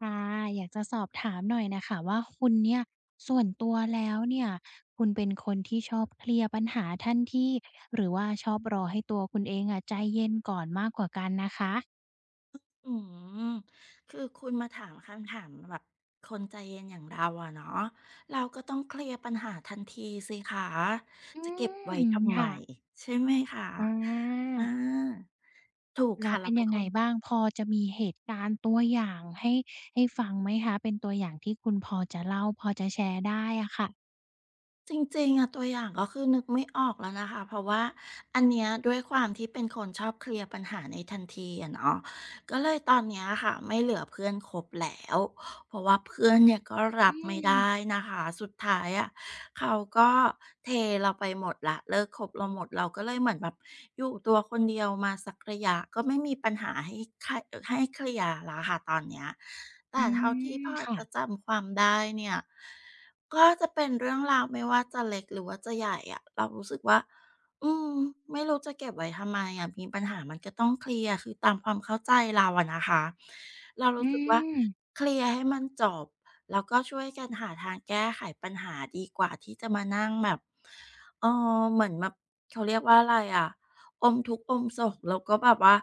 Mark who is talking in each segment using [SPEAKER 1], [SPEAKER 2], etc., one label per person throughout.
[SPEAKER 1] ค่ะอยากจะสอบถามหน่อยน่ะค่ะว่าคุณเนี่ยส่วนตัวแล้วเนี่ยคุณเป็นคนที่ชอบเคลียร์ปัญหาทันทีหรือว่าชอบรอให้ตัวคุณเองอะใจเย็นก่อนมากกว่ากันนะคะ
[SPEAKER 2] อืม คือคุณมาถามคำถามแบบคนใจเย็นอย่างเราอะเนาะเราก็ต้องเคลียร์ปัญหาทันทีสิคะ
[SPEAKER 1] อื
[SPEAKER 2] จะเก็บไว้
[SPEAKER 1] ม
[SPEAKER 2] ทำไม
[SPEAKER 1] ค่ะ
[SPEAKER 2] ใช่ไหมคะ
[SPEAKER 1] อา
[SPEAKER 2] อาถูก
[SPEAKER 1] แล้ว
[SPEAKER 2] ค่ะ
[SPEAKER 1] เป็
[SPEAKER 2] เรา
[SPEAKER 1] น
[SPEAKER 2] เป็น
[SPEAKER 1] ยัง
[SPEAKER 2] ค
[SPEAKER 1] ไง
[SPEAKER 2] น
[SPEAKER 1] บ้างพอจะมีเหตุการณ์ตัวอย่างให้ฟังไหมคะเป็นตัวอย่างที่คุณพอจะเล่าพอจะแชร์ได้อะค่ะ
[SPEAKER 2] จริงๆอะตัวอย่างก็คือนึกไม่ออกแล้วนะคะเพราะว่าอันเนี้ยด้วยความที่เป็นคนชอบเคลียร์ปัญหาในทันทีอะเนาะก็เลยตอนเนี้ยค่ะไม่เหลือเพื่อนคบแล้วเพราะว่าเพื่อนเนี่ยก็รั
[SPEAKER 1] อื
[SPEAKER 2] บไม่
[SPEAKER 1] ม
[SPEAKER 2] ได้นะคะสุดท้ายอะเขาก็เทเราไปหมดและเลิกคบเราหมดเราก็เลยเหมือนแบบอยู่ตัวคนเดียวมาสักระยะก็ไม่มีปัญหาให้ใครให้เคลียร์แล้วค่ะตอนเนี้ย
[SPEAKER 1] อื
[SPEAKER 2] แต่เท่าที่
[SPEAKER 1] ม
[SPEAKER 2] พอจะ
[SPEAKER 1] ค่ะ
[SPEAKER 2] จำความได้เนี่ย ก็จะเป็นเรื่องราวไม่ว่าจะเล็กหรือว่าจะใหญ่อะเรารู้สึกว่าอืมไม่รู้จะเก็บไว้ทำไมอะมีปัญหามันก็ต้องเคลียร์คือตามความเข้าใจเราอะนะคะเรา
[SPEAKER 1] อื
[SPEAKER 2] รู้สึกว่า
[SPEAKER 1] ม
[SPEAKER 2] เคลียร์ให้มันจบแล้วก็ช่วยกันหาทางแก้ไขปัญหาดีกว่าที่จะมานั่งแบบเออเหมือนแบบเขาเรียกว่าอะไรอะ อมทุกข์อมโศกแล้วก็แบบว่า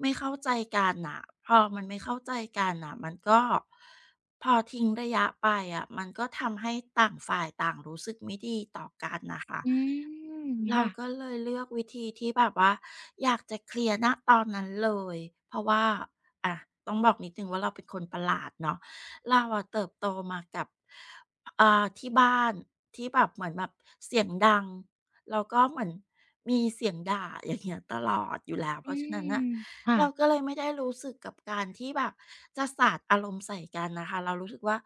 [SPEAKER 2] ไม่เข้าใจกันน่ะพอมันไม่เข้าใจกันน่ะมันก็พอทิ้งระยะไปอะมันก็ทำให้ต่างฝ่ายต่างรู้สึกไม่ดีต่อกันน่ะค่ะ
[SPEAKER 1] อืม
[SPEAKER 2] เรา
[SPEAKER 1] ค่ะ
[SPEAKER 2] ก็เลยเลือกวิธีที่แบบว่าอยากจะเคลียร์ณตอนนั้นเลยเพราะว่าอะต้องบอกนิดหนึ่งว่าเราเป็นคนประหลาดเนาะเราอะเติบโตมากับที่บ้านที่แบบเหมือนแบบเสียงดังแล้วก็เหมือนมีเสียงด่าอย่างเงี้ยตลอดอยู่แล้ว
[SPEAKER 1] อื
[SPEAKER 2] เพราะฉะนั้น
[SPEAKER 1] ม
[SPEAKER 2] น่ะเรา
[SPEAKER 1] ค่ะ
[SPEAKER 2] ก็เลยไม่ได้รู้สึกกับการที่แบบจะสาดอารมณ์ใส่กันน่ะค่ะเรารู้สึกว่า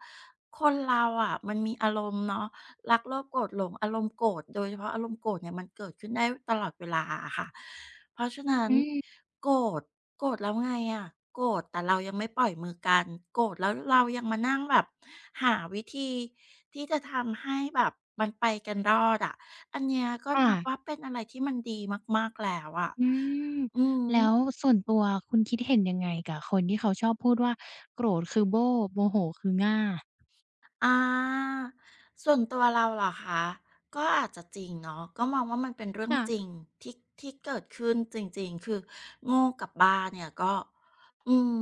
[SPEAKER 2] คนเราอะมันมีอารมณ์เนาะ รักโลภโกรธหลงอารมณ์โกรธโดยเฉพาะอารมณ์โกรธเนี่ยมันเกิดขึ้นได้ตลอดเวลาอะค่ะเพราะฉะนั้น
[SPEAKER 1] อืม
[SPEAKER 2] โกรธโกรธแล้วไงอะโกรธแต่เรายังไม่ปล่อยมือกันโกรธแล้วเรายังมานั่งแบบหาวิธีที่จะทำให้แบบมันไปกันรอดอะอันเนี้ยก็
[SPEAKER 1] ค่ะ
[SPEAKER 2] นับว่าเป็นอะไรที่มันดีมากๆแล้วอะ
[SPEAKER 1] อืม
[SPEAKER 2] อืม
[SPEAKER 1] แล้วส่วนตัวคุณคิดเห็นยังไงกับคนที่เขาชอบพูดว่าโกรธคือโบ้โมโหคือง่า
[SPEAKER 2] อ่าส่วนตัวเราเหรอคะก็อาจจะจริงเนาะก็มองว่ามันเป็นเรื่องจริง
[SPEAKER 1] ค่ะ
[SPEAKER 2] ที่ที่เกิดขึ้นจริงๆคือโง่กับบ้าเนี่ยก็อืม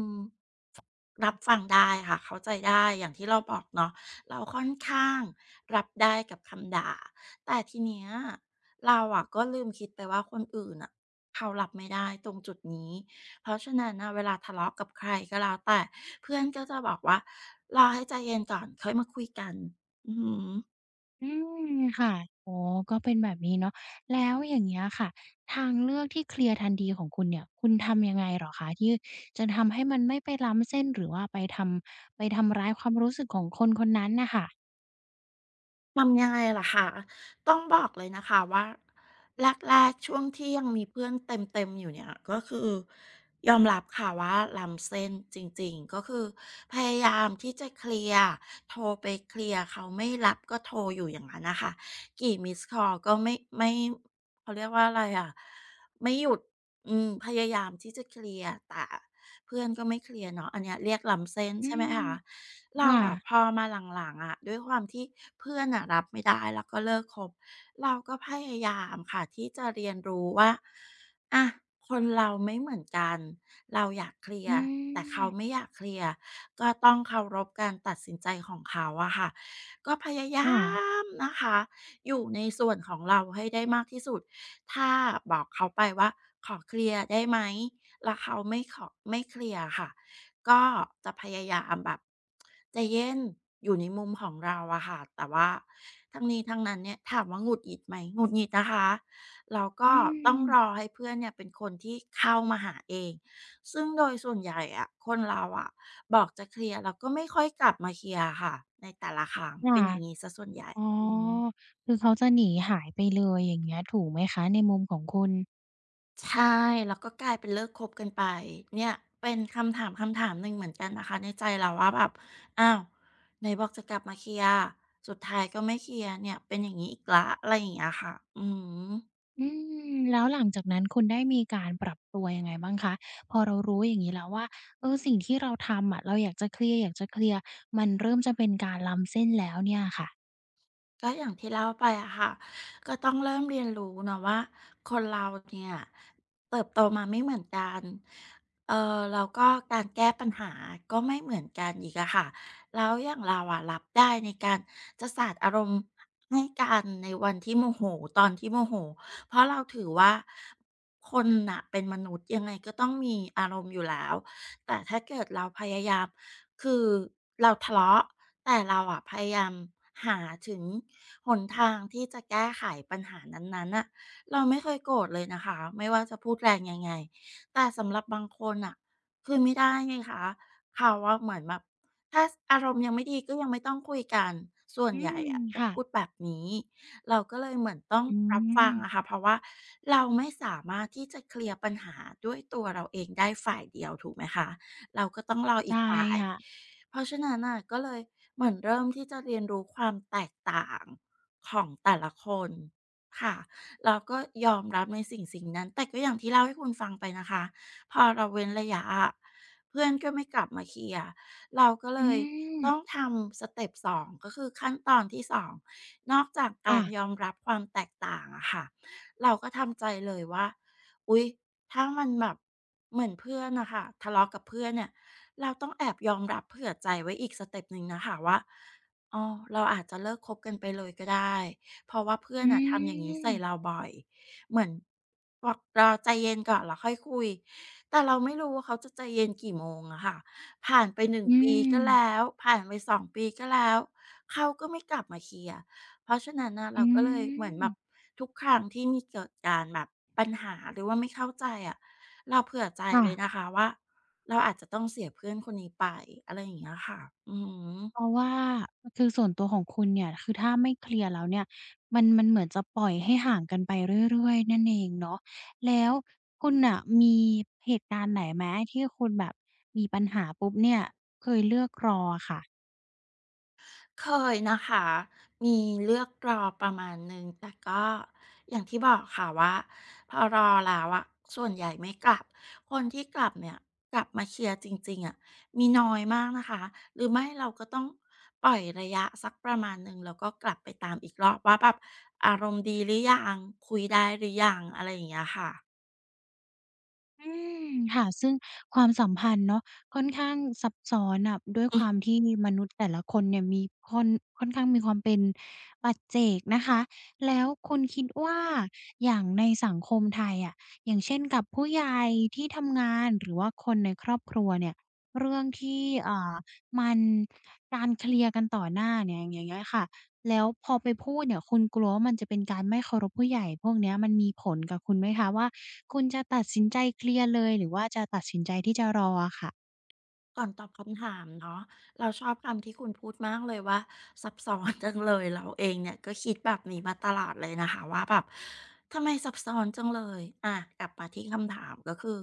[SPEAKER 2] รับฟังได้ค่ะเข้าใจได้อย่างที่เราบอกเนาะเราค่อนข้างรับได้กับคำด่าแต่ทีเนี้ยเราอะก็ลืมคิดไปว่าคนอื่นน่ะเขารับไม่ได้ตรงจุดนี้ เพราะฉะนั้นน่ะเวลาทะเลาะกับใครก็แล้วแต่เพื่อนก็จะบอกว่ารอให้ใจเย็นก่อนค่อยมาคุยกันอือหือ
[SPEAKER 1] อืมค่ะอ๋อก็เป็นแบบนี้เนาะแล้วอย่างเงี้ยค่ะ ทางเลือกที่เคลียร์ทันทีของคุณเนี่ย คุณทำยังไงเหรอคะที่จะทำให้มันไม่ไปล้ำเส้นหรือว่าไปทำร้ายความรู้สึกของคนคนนั้นน่ะค่ะ
[SPEAKER 2] ทำยังไงล่ะคะต้องบอกเลยนะคะว่าแรกๆช่วงที่ยังมีเพื่อนเต็มๆอยู่เนี่ยก็คือยอมรับค่ะว่าล้ำเส้นจริงๆก็คือพยายามที่จะเคลียร์โทรไปเคลียร์เขาไม่รับก็โทรอยู่อย่างนั้นน่ะค่ะกี่มิสคอลก็ไม่เขาเรียกว่าอะไรอะไม่หยุดอืมพยายามที่จะเคลียร์แต่ เพื่อนก็ไม่เคลียร์เนาะอันเนี้ยเรียกล้ำเส้น
[SPEAKER 1] อื
[SPEAKER 2] ใช่ไหม
[SPEAKER 1] ม
[SPEAKER 2] คะเรา
[SPEAKER 1] ค่ะ
[SPEAKER 2] อะพอมาหลังๆอะด้วยความที่เพื่อนน่ะรับไม่ได้แล้วก็เลิกคบเราก็พยายามค่ะที่จะเรียนรู้ว่าอะคนเราไม่เหมือนกันเราอยากเคลีย
[SPEAKER 1] อื
[SPEAKER 2] ร์แต่
[SPEAKER 1] ม
[SPEAKER 2] เขาไม่อยากเคลียร์ก็ต้องเคารพการตัดสินใจของเขาอะค่ะก็พยา
[SPEAKER 1] ค
[SPEAKER 2] ยา
[SPEAKER 1] ่ะ
[SPEAKER 2] มนะคะอยู่ในส่วนของเราให้ได้มากที่สุดถ้าบอกเขาไปว่าขอเคลียร์ได้ไหม แล้วเขาไม่ขอไม่เคลียร์ค่ะก็จะพยายามแบบใจเย็นอยู่ในมุมของเราอะค่ะแต่ว่าทั้งนี้ทั้งนั้นเนี่ยถามว่าหงุดหงิดไหมหงุดหงิดนะคะแล้ว
[SPEAKER 1] อื
[SPEAKER 2] ก็ต้อง
[SPEAKER 1] ม
[SPEAKER 2] รอให้เพื่อนเนี่ยเป็นคนที่เข้ามาหาเองซึ่งโดยส่วนใหญ่อะคนเราอะบอกจะเคลียร์แล้วก็ไม่ค่อยกลับมาเคลียร์ค่ะในแต่ละครั้งเป็
[SPEAKER 1] ค่ะ
[SPEAKER 2] นอย่างนี้ซสส่วนใหญ่
[SPEAKER 1] อ๋อ
[SPEAKER 2] อืม
[SPEAKER 1] คือเขาจะหนีหายไปเลยอย่างเงี้ยถูกไหมคะในมุมของคุณ
[SPEAKER 2] ใช่แล้วก็กลายเป็นเลิกคบกันไปเนี่ยเป็นคำถามหนึ่งเหมือนกันนะคะในใจเราว่าแบบอ้าวไหนบอกจะกลับมาเคลียร์สุดท้ายก็ไม่เคลียร์เนี่ยเป็นอย่างนี้อีกละอะไรอย่างเงี้ยค่ะอืม
[SPEAKER 1] อืมแล้วหลังจากนั้นคุณได้มีการปรับตัวยังไงบ้างคะพอเรารู้อย่างงี้แล้วว่าเออสิ่งที่เราทำอะเราอยากจะเคลียร์อยากจะเคลียร์มันเริ่มจะเป็นการล้ำเส้นแล้วเนี่ยค่ะ
[SPEAKER 2] ก็อย่างที่เล่าไปอะค่ะก็ต้องเริ่มเรียนรู้เนาะว่าคนเราเนี่ยเติบโตมาไม่เหมือนกันเออแล้วก็การแก้ปัญหาก็ไม่เหมือนกันอีกอะค่ะแล้วอย่างเราอะรับได้ในการจะสาดอารมณ์ให้กันในวันที่โมโหตอนที่โมโหเพราะเราถือว่าคนน่ะเป็นมนุษย์ยังไงก็ต้องมีอารมณ์อยู่แล้ว แต่ถ้าเกิดเราพยายามคือเราทะเลาะแต่เราอะพยายามหาถึงหนทางที่จะแก้ไขปัญหานั้นๆน่ะเราไม่เคยโกรธเลยนะคะไม่ว่าจะพูดแรงยังไงแต่สำหรับบางคนน่ะคือไม่ได้ไงคะเขาอะเหมือนแบบถ้าอารมณ์ยังไม่ดีก็ยังไม่ต้องคุยกันส่วน
[SPEAKER 1] อื
[SPEAKER 2] ใหญ่
[SPEAKER 1] ม
[SPEAKER 2] อะจะ
[SPEAKER 1] ค่ะ
[SPEAKER 2] พูดแบบนี้ เราก็เลยเหมือนต้อง
[SPEAKER 1] อื
[SPEAKER 2] รับฟังอะ
[SPEAKER 1] ม
[SPEAKER 2] ค่ะเพราะว่าเราไม่สามารถที่จะเคลียร์ปัญหาด้วยตัวเราเองได้ฝ่ายเดียวถูกไหมคะเราก็ต้องรออี
[SPEAKER 1] ใช่
[SPEAKER 2] กฝ่าย
[SPEAKER 1] ค่ะ
[SPEAKER 2] เพราะฉะนั้นน่ะก็เลยเหมือนเริ่มที่จะเรียนรู้ความแตกต่างของแต่ละคนค่ะเราก็ยอมรับในสิ่งสิ่งนั้นแต่ก็อย่างที่เล่าให้คุณฟังไปนะคะพอเราเว้นระยะอะเพื่อนก็ไม่กลับมาเคลียร์ เราก็
[SPEAKER 1] อื
[SPEAKER 2] เลยต้อง
[SPEAKER 1] ม
[SPEAKER 2] ทำสเต็ป2ก็คือขั้นตอนที่2นอกจากการย
[SPEAKER 1] ค่ะ
[SPEAKER 2] อมรับความแตกต่างอะค่ะเราก็ทำใจเลยว่าอุ๊ยถ้ามันแบบเหมือนเพื่อนนะค่ะทะเลาะกับเพื่อนเนี่ยเราต้องแอบยอมรับเผื่อใจไว้อีกสเต็ปหนึ่งนะคะว่าอ๋อเราอาจจะเลิกคบกันไปเลยก็ได้เพราะว่าเพื่อน
[SPEAKER 1] อื
[SPEAKER 2] อะทำอย่างนี้ใส่เรา
[SPEAKER 1] ม
[SPEAKER 2] บ่อยเหมือนบอกเราใจเย็นก่อนแล้วค่อยคุยแต่เราไม่รู้ว่าเขาจะใจเย็นกี่โมงอะค่ะ ผ่านไป1
[SPEAKER 1] อื
[SPEAKER 2] ปี
[SPEAKER 1] ม
[SPEAKER 2] ก็แล้วผ่านไป2ปีก็แล้วเขาก็ไม่กลับมาเคลียร์เพราะฉะนั้นน่ะ
[SPEAKER 1] อื
[SPEAKER 2] เราก็เลยเหมือน
[SPEAKER 1] ม
[SPEAKER 2] แบบทุกครั้งที่มีเกิดการแบบปัญหาหรือว่าไม่เข้าใจอะเราเผื่อใจ
[SPEAKER 1] ค่ะ
[SPEAKER 2] เลยนะคะว่าเราอาจจะต้องเสียเพื่อนคนนี้ไปอะไรอย่างเงี้ยค่ะอือฮ
[SPEAKER 1] เพ
[SPEAKER 2] ึ
[SPEAKER 1] ราะว่าคือส่วนตัวของคุณเนี่ยคือถ้าไม่เคลียร์แล้วเนี่ยมันเหมือนจะปล่อยให้ห่างกันไปเรื่อยๆนั่นเองเนาะแล้วคุณน่ะมีเหตุการณ์ไหนไหมที่คุณแบบมีปัญหาปุ๊บเนี่ยเคยเลือกรออะค่ะ
[SPEAKER 2] เคยนะคะมีเลือกรอประมาณหนึ่งแต่ก็อย่างที่บอกค่ะว่าพอรอแล้วอะส่วนใหญ่ไม่กลับคนที่กลับเนี่ยกลับมาเคลียร์จริงๆอะมีน้อยมากนะคะหรือไม่เราก็ต้องปล่อยระยะสักประมาณหนึ่งแล้วก็กลับไปตามอีกรอบว่าแบบอารมณ์ดีหรือยังคุยได้หรือยังอะไรอย่างเงี้ยค่ะ
[SPEAKER 1] อืมค่ะซึ่งความสัมพันธ์เนาะค่อนข้างซับซ้อนอ่ะด้วยความที่มนุษย์แต่ละคนเนี่ยมีค่อนค่อนข้างมีความเป็นปัจเจกนะคะแล้วคุณคิดว่าอย่างในสังคมไทยอะอย่างเช่นกับผู้ใหญ่ที่ทำงานหรือว่าคนในครอบครัวเนี่ยเรื่องที่อ่ามันการเคลียร์กันต่อหน้าเนี่ยอย่างเงี้ยค่ะ แล้วพอไปพูดเนี่ยคุณกลัวว่ามันจะเป็นการไม่เคารพผู้ใหญ่พวกเนี้ยมันมีผลกับคุณไหมคะว่าคุณจะตัดสินใจเคลียร์เลยหรือว่าจะตัดสินใจที่จะรออะค่ะ
[SPEAKER 2] ก่อนตอบคำถามเนาะเราชอบคำที่คุณพูดมากเลยว่าซับซ้อนจังเลยเราเองเนี่ยก็คิดแบบนี้มาตลอดเลยนะคะว่าแบบทำไมซับซ้อนจังเลยอะกลับมาที่คำถามก็คือ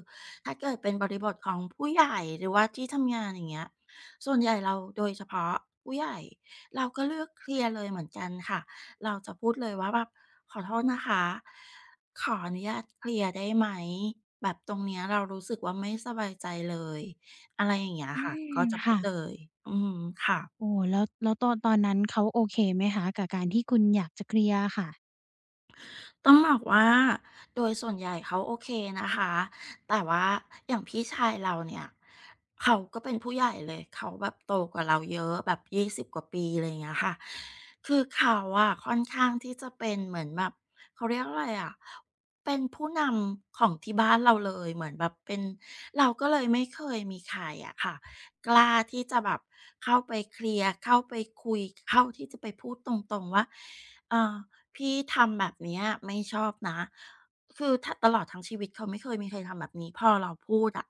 [SPEAKER 2] ถ้าเกิดเป็นบริบทของผู้ใหญ่หรือว่าที่ทำงานอย่างเงี้ยส่วนใหญ่เราโดยเฉพาะผู้ใหญ่เราก็เลือกเคลียร์เลยเหมือนกันค่ะเราจะพูดเลยว่าแบบขอโทษนะคะขออนุญาตเคลียร์ได้ไหมแบบตรงเนี้ยเรารู้สึกว่าไม่สบายใจเลย อะไรอย่างเงี้ย
[SPEAKER 1] อื
[SPEAKER 2] ค่ะ
[SPEAKER 1] ม
[SPEAKER 2] ก็จะพู
[SPEAKER 1] ค่ะ
[SPEAKER 2] ดเลยอืมค่ะ
[SPEAKER 1] โอ้แล้วตอนนั้นเขาโอเคไหมคะกับการที่คุณอยากจะเคลียร์อะค่ะ
[SPEAKER 2] ต้องบอกว่าโดยส่วนใหญ่เขาโอเคนะคะแต่ว่าอย่างพี่ชายเราเนี่ยเขาก็เป็นผู้ใหญ่เลยเขาแบบโตกว่าเราเยอะแบบยี่สิบกว่าปีอะไรอย่างเงี้ยค่ะคือเขาอะค่อนข้างที่จะเป็นเหมือนแบบเขาเรียกอะไรอะเป็นผู้นำของที่บ้านเราเลยเหมือนแบบเป็นเราก็เลยไม่เคยมีใครอะค่ะกล้าที่จะแบบเข้าไปเคลียร์เข้าไปคุยเข้าที่จะไปพูดตรงๆว่าเอ่อ พี่ทำแบบเนี้ยไม่ชอบนะ คือถ้าตลอดทั้งชีวิตเขาไม่เคยมีใครทำแบบนี้พอเราพูดอะ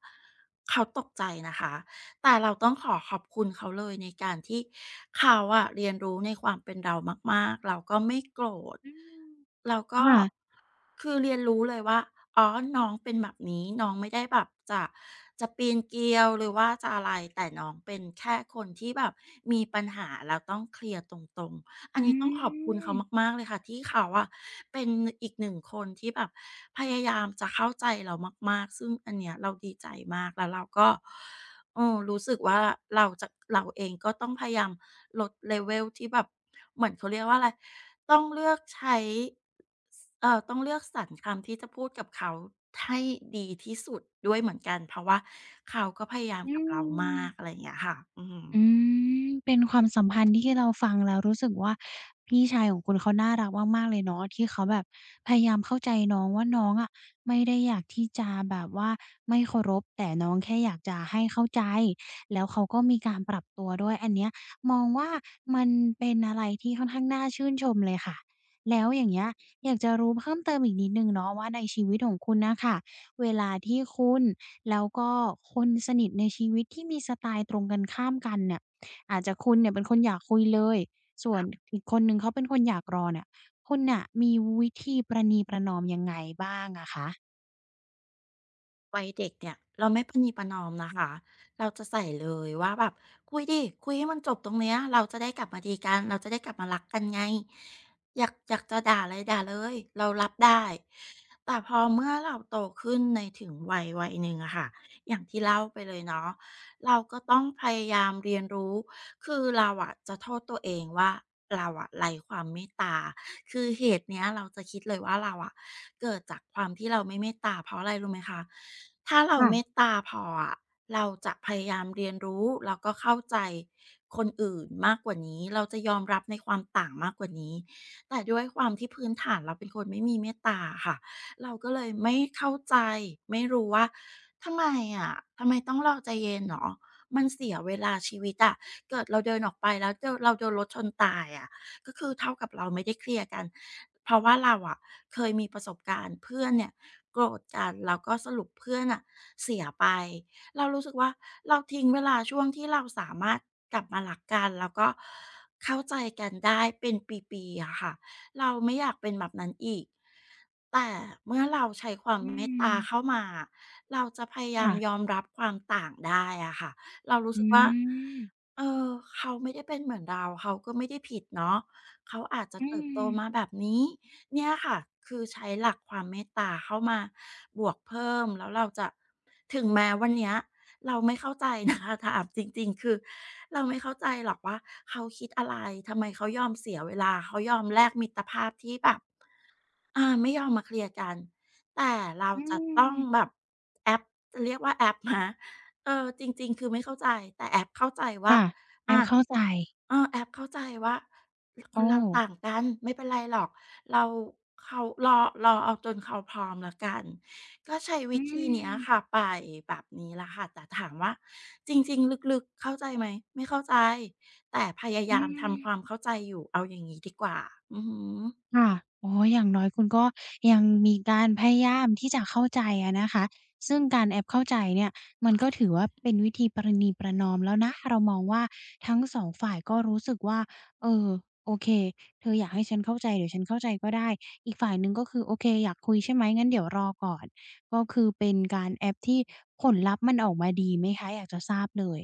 [SPEAKER 2] เขาตกใจนะคะ แต่เราต้องขอขอบคุณเขาเลยในการที่เขาอะเรียนรู้ในความเป็นเรามากๆ เราก็ไม่โกรธ
[SPEAKER 1] อืม
[SPEAKER 2] เราก็
[SPEAKER 1] ค่ะ
[SPEAKER 2] คือเรียนรู้เลยว่าอ๋อน้องเป็นแบบนี้น้องไม่ได้แบบจะปีนเกลียวหรือว่าจะอะไรแต่น้องเป็นแค่คนที่แบบมีปัญหาแล้วต้องเคลียร์ตรงๆ อัน
[SPEAKER 1] อื
[SPEAKER 2] นี้ต้องขอบคุณ
[SPEAKER 1] ม
[SPEAKER 2] เขามากๆเลยค่ะที่เขาอะเป็นอีกหนึ่งคนที่แบบพยายามจะเข้าใจเรามากๆซึ่งอันเนี้ยเราดีใจมากแล้วเราก็ โอ้รู้สึกว่าเราจะเราเองก็ต้องพยายามลดเลเวลที่แบบเหมือนเขาเรียกว่าอะไรต้องเลือกใช้ต้องเลือกสรรคำที่จะพูดกับเขาให้ดีที่สุดด้วยเหมือนกันเพราะว่าเขาก็พยายาม
[SPEAKER 1] อื
[SPEAKER 2] กับเรา
[SPEAKER 1] ม
[SPEAKER 2] มากอะไรอย่างเงี้ยค่ะอื
[SPEAKER 1] อื
[SPEAKER 2] ม
[SPEAKER 1] มเป็นความสัมพันธ์ที่เราฟังแล้วรู้สึกว่าพี่ชายของคุณเขาน่ารักมากๆเลยเนาะที่เขาแบบพยายามเข้าใจน้องว่าน้องอะไม่ได้อยากที่จะแบบว่าไม่เคารพแต่น้องแค่อยากจะให้เข้าใจแล้วเขาก็มีการปรับตัวด้วยอันเนี้ยมองว่ามันเป็นอะไรที่ค่อนข้างน่าชื่นชมเลยค่ะแล้วอย่างเงี้ยอยากจะรู้เพิ่มเติมอีกนิดหนึ่งเนาะว่าในชีวิตของคุณน่ะค่ะเวลาที่คุณ แล้วก็คนสนิทในชีวิตที่มีสไตล์ตรงกันข้ามกันเนี่ยอาจจะคุณเนี่ยเป็นคนอยากคุยเลยส่วนอีกคนหนึ่งเขาเป็นคนอยากรอเนี่ยคุณน่ะมีวิธีประนีประนอมยังไงบ้างอะคะ
[SPEAKER 2] วัยเด็กเนี่ยเราไม่ประนีประนอมนะคะเราจะใส่เลยว่าแบบคุยดิคุยให้มันจบตรงเนี้ยเราจะได้กลับมาดีกันเราจะได้กลับมารักกันไงอยากจะด่าอะไรด่าเลยเรารับได้แต่พอเมื่อเราโตขึ้นในถึงวัยหนึ่งอะค่ะอย่างที่เล่าไปเลยเนาะเราก็ต้องพยายามเรียนรู้คือเราอะจะโทษตัวเองว่าเราอะไร้ความเมตตา คือเหตุเนี้ยเราจะคิดเลยว่าเราอะเกิดจากความที่เราไม่เมตตาเพราะอะไรรู้ไหมคะถ้าเราเมต
[SPEAKER 1] ค่ะ
[SPEAKER 2] ตาพออะเราจะพยายามเรียนรู้แล้วก็เข้าใจคนอื่นมากกว่านี้เราจะยอมรับในความต่างมากกว่านี้แต่ด้วยความที่พื้นฐานเราเป็นคนไม่มีเมตตาอะค่ะเราก็เลยไม่เข้าใจไม่รู้ว่าทำไมอะทำไมต้องรอใจเย็นเหรอมันเสียเวลาชีวิตอะเกิดเราเดินออกไปแล้วเจอเราโดนรถชนตายอะ ก็คือเท่ากับเราไม่ได้เคลียร์กันเพราะว่าเราอะเคยมีประสบการณ์เพื่อนเนี่ยโกรธกันแล้วก็สรุปเพื่อนอ่ะเสียไปเรารู้สึกว่าเราทิ้งเวลาช่วงที่เราสามารถกลับมาหลักกันแล้วก็เข้าใจกันได้เป็นปีๆอะค่ะเราไม่อยากเป็นแบบนั้นอีกแต่เมื่อเราใช้ความ
[SPEAKER 1] อื
[SPEAKER 2] เมตตาเข้า
[SPEAKER 1] ม
[SPEAKER 2] มาเราจะพยายาม
[SPEAKER 1] ค่ะ
[SPEAKER 2] ยอมรับความต่างได้อะค่ะเรารู้
[SPEAKER 1] อื
[SPEAKER 2] สึกว่า
[SPEAKER 1] ม
[SPEAKER 2] เออเขาไม่ได้เป็นเหมือนเราเขาก็ไม่ได้ผิดเนาะ เขาอาจจะ
[SPEAKER 1] อื
[SPEAKER 2] เติบโตมา
[SPEAKER 1] ม
[SPEAKER 2] แบบนี้เนี่ยค่ะคือใช้หลักความเมตตาเข้ามาบวกเพิ่มแล้วเราจะถึงแม้วันเนี้ยเราไม่เข้าใจนะคะ ถามจริงๆคือเราไม่เข้าใจหรอกว่าเขาคิดอะไรทำไมเขายอมเสียเวลาเขายอมแลกมิตรภาพที่แบบ ไม่ยอมมาเคลียร์กันแต่เรา
[SPEAKER 1] อื
[SPEAKER 2] จะต้
[SPEAKER 1] ม
[SPEAKER 2] องแบบแอปจะเรียกว่าแอปไหมเออจริงๆคือไม่เข้าใจแต่แอปเข้าใจว่า
[SPEAKER 1] ค่ะแอบ
[SPEAKER 2] อา
[SPEAKER 1] เข้าใจ
[SPEAKER 2] เออแอปเข้าใจว่าค
[SPEAKER 1] โอ้
[SPEAKER 2] นเราต่างกันไม่เป็นไรหรอกเราเขารอรอเอาจนเขาพร้อมแล้วกันก็ใช้
[SPEAKER 1] อื
[SPEAKER 2] วิธีเนี้ยค่ะ
[SPEAKER 1] ม
[SPEAKER 2] ไปแบบนี้แหละค่ะแต่ถามว่าจริงๆลึกๆเข้าใจไหมไม่เข้าใจแต่พยา
[SPEAKER 1] อื
[SPEAKER 2] ยามทำความ
[SPEAKER 1] ม
[SPEAKER 2] เข้าใจอยู่เอาอย่างงี้ดีกว่าอือฮึ
[SPEAKER 1] ค่ะโอ้ออย่างน้อยคุณก็ยังมีการพยายามที่จะเข้าใจอะนะคะซึ่งการแอบเข้าใจเนี่ยมันก็ถือว่าเป็นวิธีประนีประนอมแล้วนะเรามองว่าทั้ง2ฝ่ายก็รู้สึกว่าเออโอเคเธออยากให้ฉันเข้าใจเดี๋ยวฉันเข้าใจก็ได้อีกฝ่ายหนึ่งก็คือโอเคอยากคุยใช่ไหม งั้นเดี๋ยวรอก่อนก็คือเป็นการแอบที่ผลลัพธ์มันออกมาดีไหมคะอยากจะทราบเลย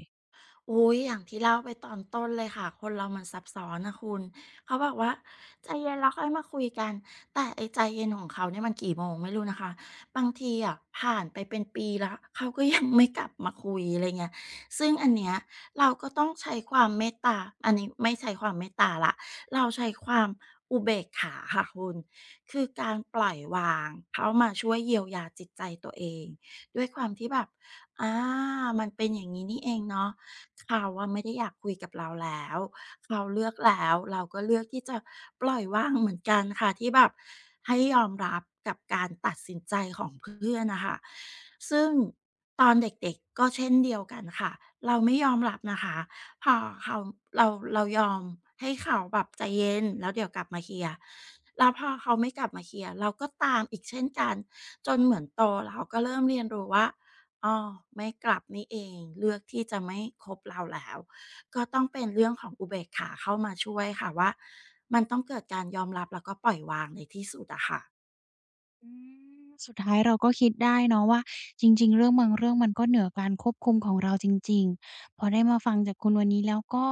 [SPEAKER 2] อุยอย่างที่เล่าไปตอนต้นเลยค่ะคนเรามันซับซ้อนนะคุณเขาบอกว่าใจเย็นแล้วค่อยมาคุยกันแต่ไอ้ใจเย็นของเขาเนี่ยมันกี่โมงไม่รู้นะคะบางทีอะผ่านไปเป็นปีแล้วเขาก็ยังไม่กลับมาคุยอะไรเงี้ยซึ่งอันเนี้ยเราก็ต้องใช้ความเมตตาอันนี้ไม่ใช้ความเมตตาละเราใช้ความอุเบกขาค่ะคุณคือการปล่อยวางเขามาช่วยเยียวยาจิตใจตัวเองด้วยความที่แบบอามันเป็นอย่างนี้นี่เองเนาะ เขาอะไม่ได้อยากคุยกับเราแล้วเขาเลือกแล้วเราก็เลือกที่จะปล่อยวางเหมือนกันค่ะที่แบบให้ยอมรับกับการตัดสินใจของเพื่อนนะค่ะซึ่งตอนเด็กๆก็เช่นเดียวกันค่ะเราไม่ยอมรับนะคะพอเขาเรายอมให้เขาแบบใจเย็นแล้วเดี๋ยวกลับมาเคลียร์แล้วพอเขาไม่กลับมาเคลียร์เราก็ตามอีกเช่นกันจนเหมือนโตเราก็เริ่มเรียนรู้ว่า อ๋อไม่กลับนี่เองเลือกที่จะไม่คบเราแล้วก็ต้องเป็นเรื่องของอุเบกขาเข้ามาช่วยค่ะว่ามันต้องเกิดการยอมรับแล้วก็ปล่อยวางในที่สุดอะค่ะ
[SPEAKER 1] อืมสุดท้ายเราก็คิดได้เนาะว่าจริงๆเรื่องบางเรื่องมันก็เหนือการควบคุมของเราจริงๆพอได้มาฟังจากคุณวันนี้แล้วก็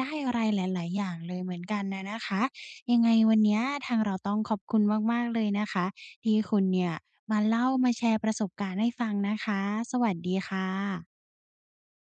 [SPEAKER 1] ได้อะไรหลายๆอย่างเลยเหมือนกันน่ะนะคะยังไงวันเนี้ยทางเราต้องขอบคุณมากๆเลยนะคะที่คุณเนี่ยมาเล่ามาแชร์ประสบการณ์ให้ฟังนะคะสวัสดีค่ะ